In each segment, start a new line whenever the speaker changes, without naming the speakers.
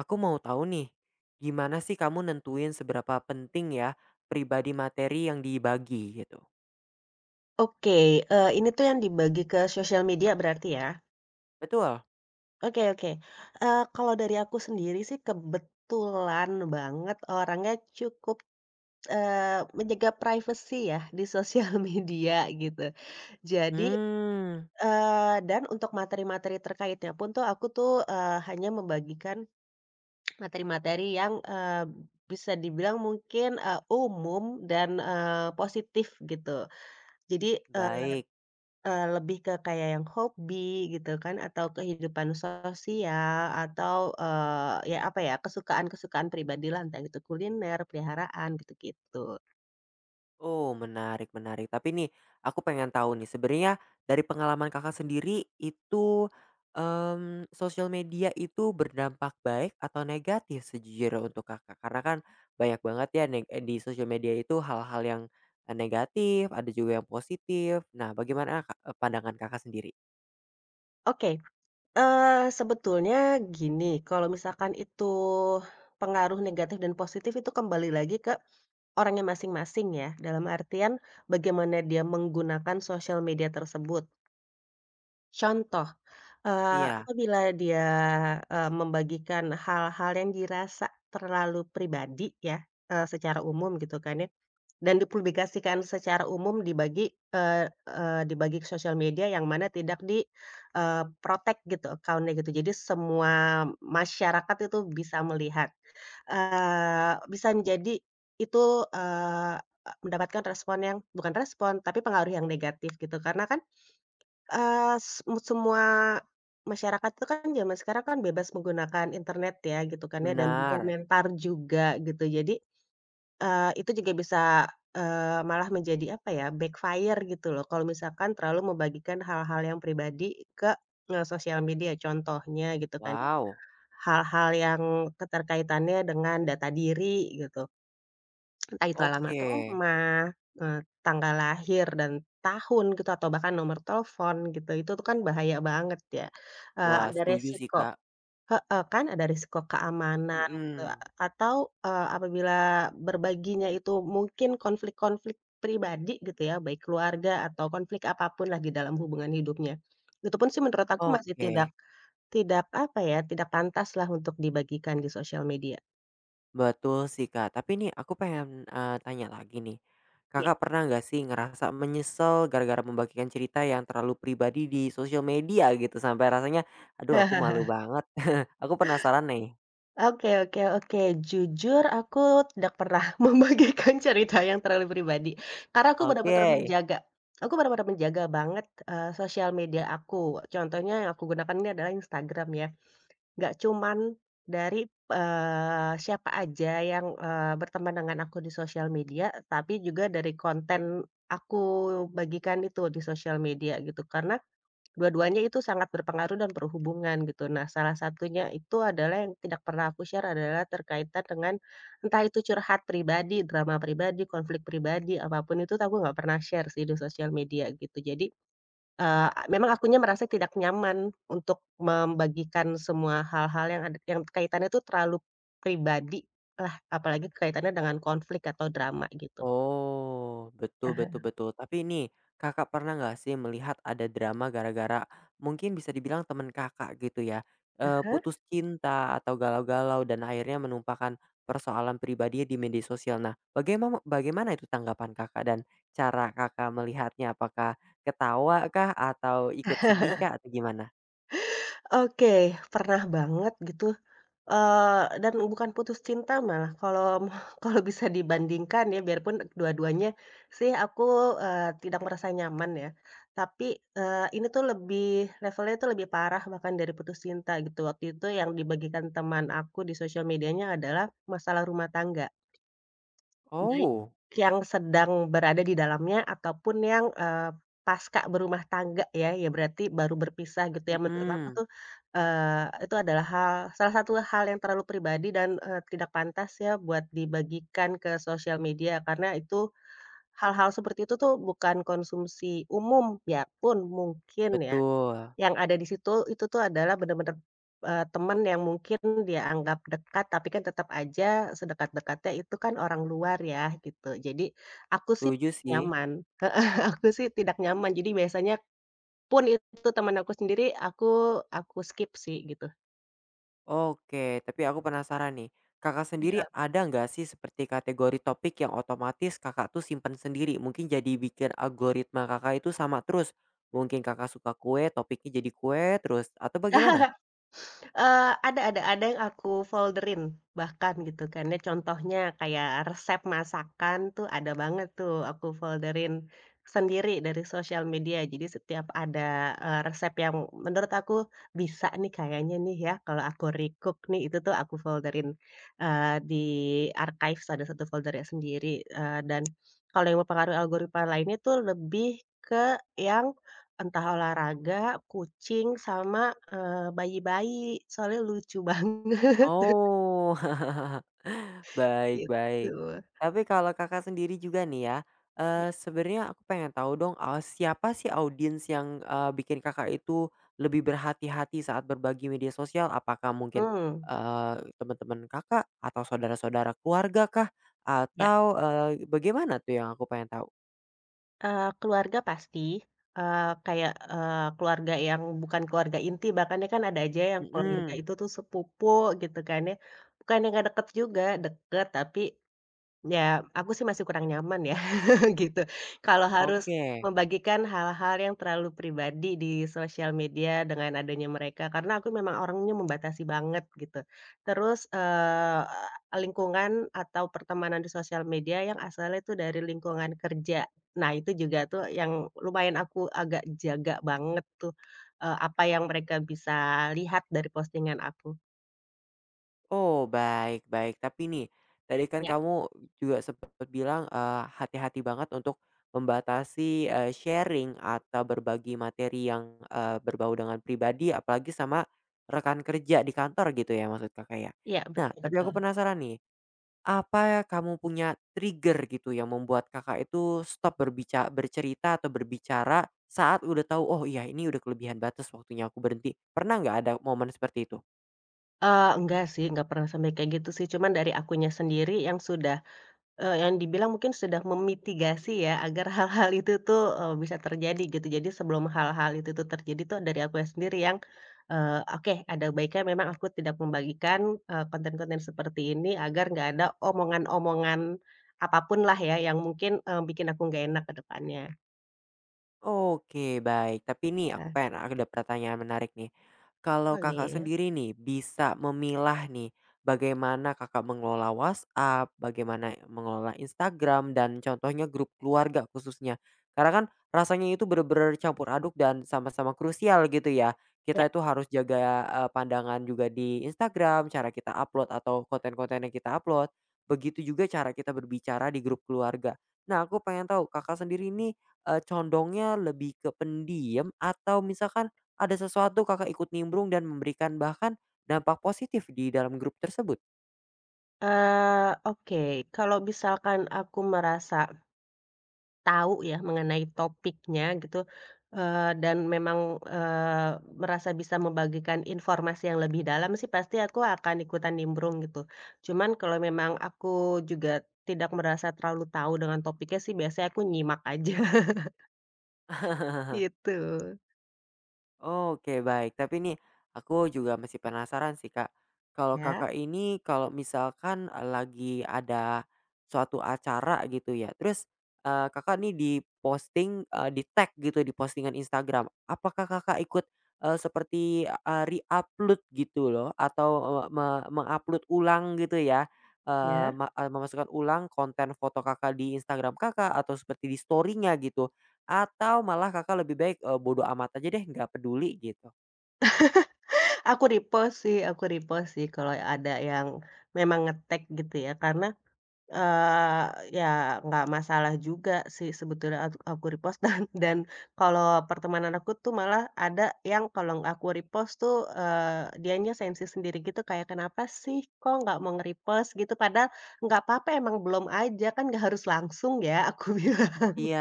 Aku mau tahu nih, gimana sih kamu nentuin seberapa penting ya pribadi materi yang dibagi gitu?
Oke, ini tuh yang dibagi ke sosial media berarti ya?
Betul?
Oke, oke. Kalau dari aku sendiri sih kebetulan banget orangnya cukup, menjaga privasi ya di sosial media gitu. Jadi,
Hmm,
Eee, dan untuk materi-materi terkaitnya pun tuh aku tuh hanya membagikan materi-materi yang, bisa dibilang mungkin, umum dan, positif gitu. Jadi, eh,
baik.
Lebih ke kayak yang hobi gitu kan, atau kehidupan sosial, atau, ya apa ya, kesukaan-kesukaan pribadilah, entah itu kuliner, peliharaan, gitu-gitu.
Oh, menarik, menarik. Tapi nih, aku pengen tahu nih, sebenarnya dari pengalaman kakak sendiri itu sosial media itu berdampak baik atau negatif sejujurnya untuk kakak? Karena kan banyak banget ya di sosial media itu hal-hal yang negatif, ada juga yang positif. Nah, bagaimana Kak, pandangan kakak sendiri?
Oke, sebetulnya gini, kalau misalkan itu pengaruh negatif dan positif itu kembali lagi ke orangnya masing-masing ya, dalam artian bagaimana dia menggunakan sosial media tersebut. Contoh,
Iya.
apabila dia, membagikan hal-hal yang dirasa terlalu pribadi ya, secara umum gitu kan ya, dan dipublikasikan secara umum dibagi, eee eee, dibagi ke sosial media yang mana tidak di, protect gitu account-nya gitu. Jadi semua masyarakat itu bisa melihat, bisa menjadi itu, eee, mendapatkan respon yang bukan respon, tapi pengaruh yang negatif gitu. Karena kan Eee, se semua masyarakat itu kan zaman sekarang kan bebas menggunakan internet ya gitu kan ya dan
Benar.
berkomentar juga gitu. Jadi, itu juga bisa, malah menjadi apa ya, backfire gitu loh kalau misalkan terlalu membagikan hal-hal yang pribadi ke, sosial media. Contohnya gitu kan, ya.
Wow,
Hal-hal yang keterkaitannya dengan data diri gitu. Entah itu alamat
oke.
rumah, eee, tanggal lahir dan tahun gitu, atau bahkan nomor telepon gitu, itu tuh kan bahaya banget ya,
Wah,
ada
setuju sih,
resiko
Kak.
heeh kan, ada resiko keamanan gitu, A-
Mhm,
atau, apabila berbaginya itu mungkin konflik-konflik pribadi gitu ya, baik keluarga atau konflik apapun pun lah di dalam hubungan hidupnya. Itu pun sih menurut aku masih
oke.
tidak tidak apa ya, tidak pantas lah untuk dibagikan di sosial media.
Betul sih, Kak. Tapi nih aku pengen, tanya lagi nih.
Iya.
Kakak pernah nggak sih ngerasa menyesal gara-gara membagikan cerita yang terlalu pribadi di sosial media gitu sampai rasanya, "Aduh aku malu banget." Aku penasaran nih.
Oke, oke, oke. Jujur aku tidak pernah membagikan cerita yang terlalu pribadi, karena aku
Oke.
benar-benar menjaga aku benar-benar menjaga banget, sosial media aku. Contohnya yang aku gunakan ini adalah Instagram ya, nggak cuman dari, siapa aja yang, berteman dengan aku di sosial media, tapi juga dari konten aku bagikan itu di sosial media gitu. Karena dua-duanya itu sangat berpengaruh dan berhubungan gitu. Nah, salah satunya itu adalah yang tidak pernah aku share adalah terkaitan dengan entah itu curhat pribadi, drama pribadi, konflik pribadi, apapun itu aku nggak pernah share sih di sosial media gitu. Jadi, memang akunya merasa tidak nyaman untuk membagikan semua hal-hal yang ada yang kaitannya itu terlalu pribadi lah, apalagi kaitannya dengan konflik atau drama gitu.
Oh, betul
Ah.
betul betul. Tapi ini, Kakak pernah nggak sih melihat ada drama gara-gara mungkin bisa dibilang teman Kakak gitu ya, putus cinta atau galau-galau dan akhirnya menumpahkan persoalan pribadinya di media sosial. Nah, bagaimana bagaimana itu tanggapan Kakak dan cara Kakak melihatnya? Apakah ketawa kah atau ikut sedih kah atau gimana?
Oke, pernah banget gitu. Dan bukan putus cinta malah, kalau kalau bisa dibandingkan ya, biarpun dua-duanya sih aku, tidak merasa nyaman ya. Tapi, ini tuh lebih levelnya tuh lebih parah bahkan dari putus cinta gitu. Waktu itu yang dibagikan teman aku di sosial medianya adalah masalah rumah tangga. Baik
Oh,
yang sedang berada di dalamnya ataupun yang, pasca berumah tangga ya, ya berarti baru berpisah gitu ya, menurut aku
mhm,
tuh, itu adalah salah satu hal yang terlalu pribadi dan, tidak pantas ya buat dibagikan ke sosial media karena itu hal-hal seperti itu tuh bukan konsumsi umum, biarpun mungkin ya
betul.
yang ada di situ, itu tuh adalah bener-bener, temen yang mungkin dia anggap dekat, tapi kan tetap aja sedekat-dekatnya itu kan orang luar ya, gitu. Jadi aku sih
Setuju sih.
nyaman. Aku sih tidak nyaman. Jadi biasanya pun itu teman aku sendiri, aku skip sih gitu.
Oke, tapi aku penasaran nih. Kakak sendiri
Iya.
ada nggak sih seperti kategori topik yang otomatis kakak tuh simpen sendiri? Mungkin jadi bikin algoritma kakak itu sama terus. Mungkin kakak suka kue, topiknya jadi kue terus. Atau bagaimana?
Eee, ada yang aku folderin bahkan gitu kan ya, contohnya kayak resep masakan tuh ada banget tuh aku folderin sendiri dari sosial media. Jadi setiap ada, resep yang menurut aku bisa nih kayaknya nih ya kalau aku recook nih, itu tuh aku folderin di archives ada satu foldernya sendiri, dan kalau yang mempengaruhi algoritma lainnya tuh lebih ke yang entah olahraga, kucing, sama, bayi-bayi, soalnya lucu banget
Oh, Baik baik.
gitu.
Tapi kalau Kakak sendiri juga nih ya,
Ya.
sebenarnya aku pengen tahu dong, siapa sih audiens yang, bikin Kakak itu lebih berhati-hati saat berbagi media sosial? Apakah mungkin,
Mhm,
teman-teman Kakak atau saudara-saudara keluarga kah?
ya,
Atau, bagaimana tuh yang aku pengen tahu?
keluarga pasti, eee, kayak, keluarga yang bukan keluarga inti, bahkan ya kan ada aja yang keluarga
Mhm,
itu tuh sepupu gitu kan ya, bukan yang nggak deket juga, deket tapi ya, aku sih masih kurang nyaman ya, gitu. Kalau harus
oke.
membagikan hal-hal yang terlalu pribadi di sosial media dengan adanya mereka, karena aku memang orangnya membatasi banget gitu. Terus, lingkungan atau pertemanan di sosial media yang asalnya itu dari lingkungan kerja. Nah, itu juga tuh yang lumayan aku agak jaga banget tuh, apa yang mereka bisa lihat dari postingan aku.
Oh, baik baik. Tapi nih, tadi kan
Ya,
kamu juga sempat bilang, hati-hati banget untuk membatasi, sharing atau berbagi materi yang, berbau dengan pribadi apalagi sama rekan kerja di kantor gitu ya maksud Kakak ya?
ya,
Nah,
betul
tapi aku
betul.
penasaran nih, apa kamu punya trigger gitu yang membuat Kakak itu stop berbicara bercerita atau berbicara saat udah tahu, "Oh iya ini udah kelebihan batas waktunya aku berhenti." Pernah nggak ada momen seperti itu?
Enggak sih, enggak pernah sampai kayak gitu sih, cuman dari akunya sendiri yang sudah, yang dibilang mungkin sudah memitigasi ya agar hal-hal itu tuh, bisa terjadi gitu. Jadi sebelum hal-hal itu tuh terjadi tuh dari akunya sendiri yang, oke ada baiknya memang aku tidak membagikan, konten-konten seperti ini agar nggak ada omongan-omongan apapun lah ya yang mungkin, bikin aku nggak enak ke depannya.
Oke, baik. Tapi nih
Nah,
aku pengen ada pertanyaan menarik nih. Kalau Kakak
boleh.
sendiri nih bisa memilah nih bagaimana Kakak mengelola WhatsApp, bagaimana mengelola Instagram dan contohnya grup keluarga khususnya. Karena kan rasanya itu bener-bener campur aduk dan sama-sama krusial gitu ya.
Ya,
Kita itu harus jaga pandangan juga di Instagram, cara kita upload atau konten-konten yang kita upload. Begitu juga cara kita berbicara di grup keluarga. Nah, aku pengen tahu Kakak sendiri ini condongnya lebih ke pendiam atau misalkan ada sesuatu Kakak ikut nimbrung dan memberikan bahkan dampak positif di dalam grup tersebut?
oke kalau misalkan aku merasa tahu ya mengenai topiknya gitu, dan memang, merasa bisa membagikan informasi yang lebih dalam sih pasti aku akan ikutan nimbrung gitu. Cuman kalau memang aku juga tidak merasa terlalu tahu dengan topiknya sih biasanya aku nyimak aja gitu.
Oke baik, tapi nih aku juga masih penasaran sih Kak. Kalau
Ya,
Kakak ini kalau misalkan, lagi ada suatu acara gitu ya, terus, Kakak nih di-posting, di-tag gitu di postingan Instagram, apakah Kakak ikut, seperti, re-upload gitu loh atau, eee, me meng ulang gitu ya,
ya.
memasukkan ulang konten foto Kakak di Instagram Kakak atau seperti di story-nya gitu? Atau malah Kakak lebih baik, bodo amat aja deh, nggak peduli gitu?
Aku repost sih kalau ada yang memang ngetek gitu ya karena ya nggak masalah juga sih sebetulnya aku repost dan kalau pertemanan aku tuh malah ada yang kalau aku repost tuh, dianya sensi sendiri gitu kayak, "Kenapa sih kok nggak mau nge-repost?" Gitu padahal nggak apa-apa emang belum aja kan nggak harus langsung ya aku bilang.
Iya.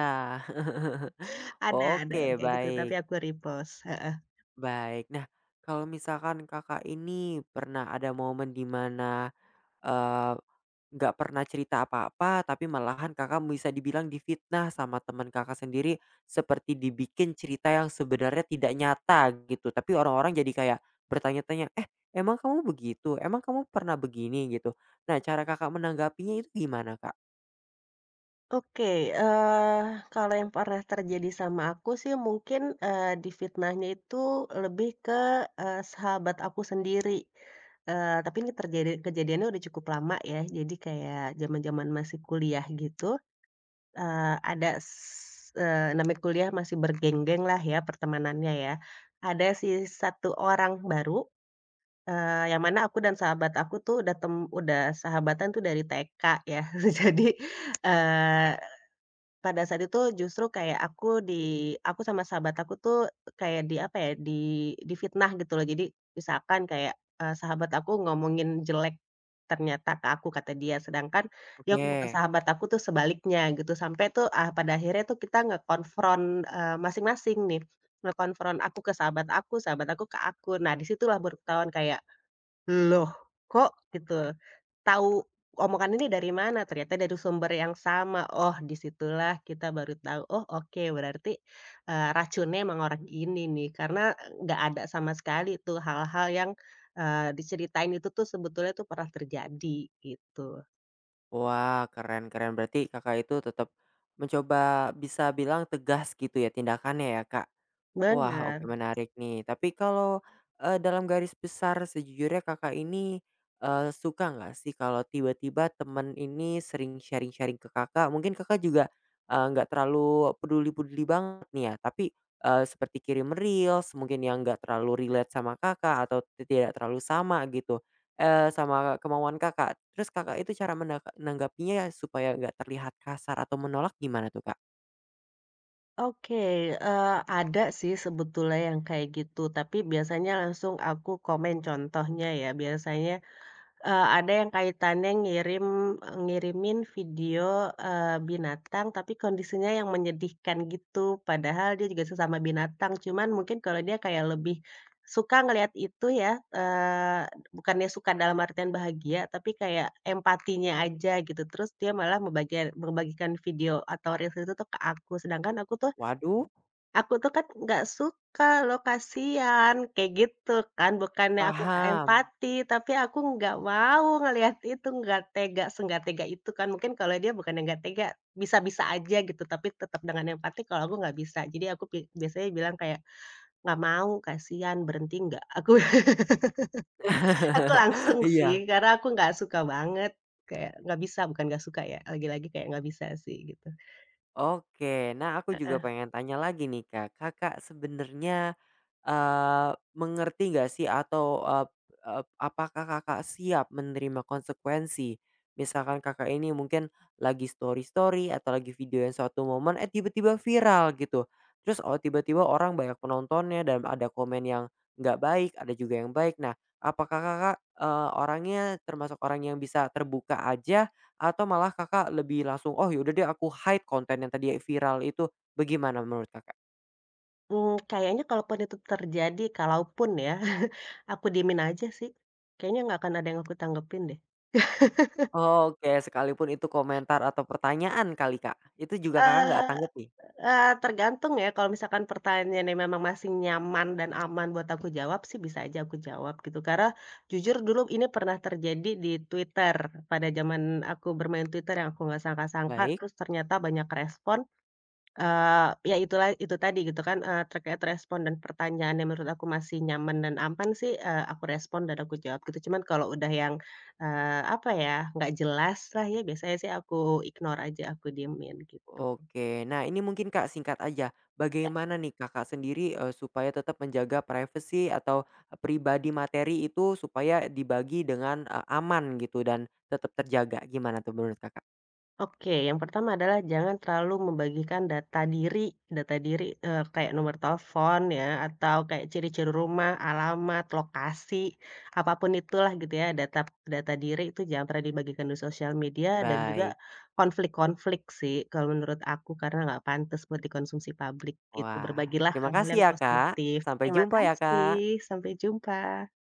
Ada
Oke,
yang kayak gitu
baik
tapi aku repost, heeh.
baik. Nah, kalau misalkan Kakak ini pernah ada momen di mana, eee, nggak pernah cerita apa-apa, tapi malahan Kakak bisa dibilang difitnah sama teman Kakak sendiri, seperti dibikin cerita yang sebenarnya tidak nyata gitu, tapi orang-orang jadi kayak bertanya-tanya, "Eh, emang kamu begitu? Emang kamu pernah begini?" Gitu. Nah, cara Kakak menanggapinya itu gimana, Kak?
Oke, eee, kalau yang pernah terjadi sama aku sih mungkin, difitnahnya itu lebih ke, sahabat aku sendiri, tapi ini terjadi kejadiannya udah cukup lama ya, jadi kayak zaman-zaman masih kuliah gitu, ada namanya kuliah masih bergenggeng lah ya pertemanannya ya. Ada satu orang baru, yang mana aku dan sahabat aku tuh udah sahabatan tuh dari TK ya. Jadi, eee pada saat itu justru kayak aku sama sahabat aku tuh kayak di apa ya, di difitnah gitu loh. Jadi misalkan kayak, sahabat aku ngomongin jelek ternyata ke aku kata dia, sedangkan dia ngomong ke
Oke.
sahabat aku tuh sebaliknya gitu. Sampai tuh, ah, pada akhirnya tuh kita ngekonfront, masing-masing nih, ngekonfront aku ke sahabat aku ke aku. Nah, situlah baru ketahuan kayak, "Loh, kok?" Gitu. Tahu omongan ini dari mana? Ternyata dari sumber yang sama. Oh, disitulah kita baru tahu, oh oke berarti, racunnya emang orang ini nih, karena nggak ada sama sekali tuh hal-hal yang, diceritain itu tuh sebetulnya tuh pernah terjadi gitu.
Wah, keren keren. Berarti Kakak itu tetap mencoba bisa bilang tegas gitu ya tindakannya ya, Kak? Wah, oke
Benar.
menarik nih. Tapi kalau, dalam garis besar sejujurnya Kakak ini, suka nggak sih kalau tiba-tiba temen ini sering sharing-sharing ke Kakak? Mungkin Kakak juga, nggak terlalu peduli-peduli banget nih ya, tapi, seperti kirim reels mungkin yang nggak terlalu relate sama Kakak atau tidak terlalu sama gitu, sama kemauan Kakak. Terus Kakak itu cara menanggapinya ya supaya nggak terlihat kasar atau menolak gimana tuh, Kak?
Oke, eee, ada sih sebetulnya yang kayak gitu, tapi biasanya langsung aku komen contohnya ya. Biasanya, ada yang kaitannya ngirimin video, binatang tapi kondisinya yang menyedihkan gitu, padahal dia juga sesama binatang, cuman mungkin kalau dia kayak lebih suka ngelihat itu ya, bukannya suka dalam artian bahagia, tapi kayak empatinya aja gitu, terus dia malah membagikan video atau reels itu tuh ke aku, sedangkan aku tuh
Waduh,
aku tuh kan nggak suka loh, kasihan, kayak gitu kan. Bukannya aku nggak
paham.
empati, tapi aku nggak mau ngelihat itu, nggak tega, senggak tega itu kan. Mungkin kalau dia bukannya nggak tega, bisa-bisa aja gitu, tapi tetap dengan empati kalau aku nggak bisa. Jadi aku biasanya bilang kayak, "Nggak mau, kasihan, berhenti nggak?" Aku aku langsung
Iya.
sih, karena aku nggak suka banget, kayak nggak bisa, bukan nggak suka ya, lagi-lagi kayak nggak bisa sih, gitu.
Oke, nah aku juga pengen tanya lagi nih Kak, Kakak sebenarnya, mengerti nggak sih atau, eee eee, apakah Kakak siap menerima konsekuensi? Misalkan Kakak ini mungkin lagi story-story atau lagi video yang suatu momen, eh, tiba-tiba viral gitu. Terus, oh, tiba-tiba orang banyak penontonnya dan ada komen yang nggak baik, ada juga yang baik. Nah, apakah Kakak, orangnya termasuk orang yang bisa terbuka aja atau malah Kakak lebih langsung, "Oh yaudah deh aku hide konten yang tadi viral itu." Bagaimana menurut Kakak?
Mmm, kayaknya kalaupun itu terjadi, kalaupun ya, aku diemin aja sih. Kayaknya nggak akan ada yang aku tanggepin deh.
Oke, sekalipun itu komentar atau pertanyaan kali, Kak? Itu juga Kakak nggak
Eee
tanggapi
eee, tergantung ya, kalau misalkan pertanyaannya memang masih nyaman dan aman buat aku jawab sih bisa aja aku jawab gitu. Karena jujur dulu ini pernah terjadi di Twitter, pada zaman aku bermain Twitter yang aku nggak sangka-sangka,
Baik,
terus ternyata banyak respon. Ya itulah itu tadi gitu kan, terkait respon dan pertanyaan yang menurut aku masih nyaman dan aman sih, aku respon dan aku jawab gitu. Cuman kalau udah yang, apa ya, nggak jelas lah ya biasanya sih aku ignore aja, aku diemin gitu.
oke. Nah ini mungkin, Kak, singkat aja, bagaimana nih Kakak sendiri, supaya tetap menjaga privacy atau e, pribadi materi itu supaya dibagi dengan, aman gitu dan tetap terjaga, gimana tuh menurut Kakak?
Oke, yang pertama adalah jangan terlalu membagikan data diri, kayak nomor telepon ya, atau kayak ciri-ciri rumah, alamat, lokasi, apapun itulah gitu ya, data data diri itu jangan pernah dibagikan di sosial media dan juga
Baik.
konflik-konflik sih kalau menurut aku, karena nggak pantas buat dikonsumsi publik gitu.
Wah,
Berbagilah
terima
hal-hal
kasih
yang
ya, Kak.
positif.
Sampai
Terima
jumpa ya,
kasih,
Kak.
sampai jumpa.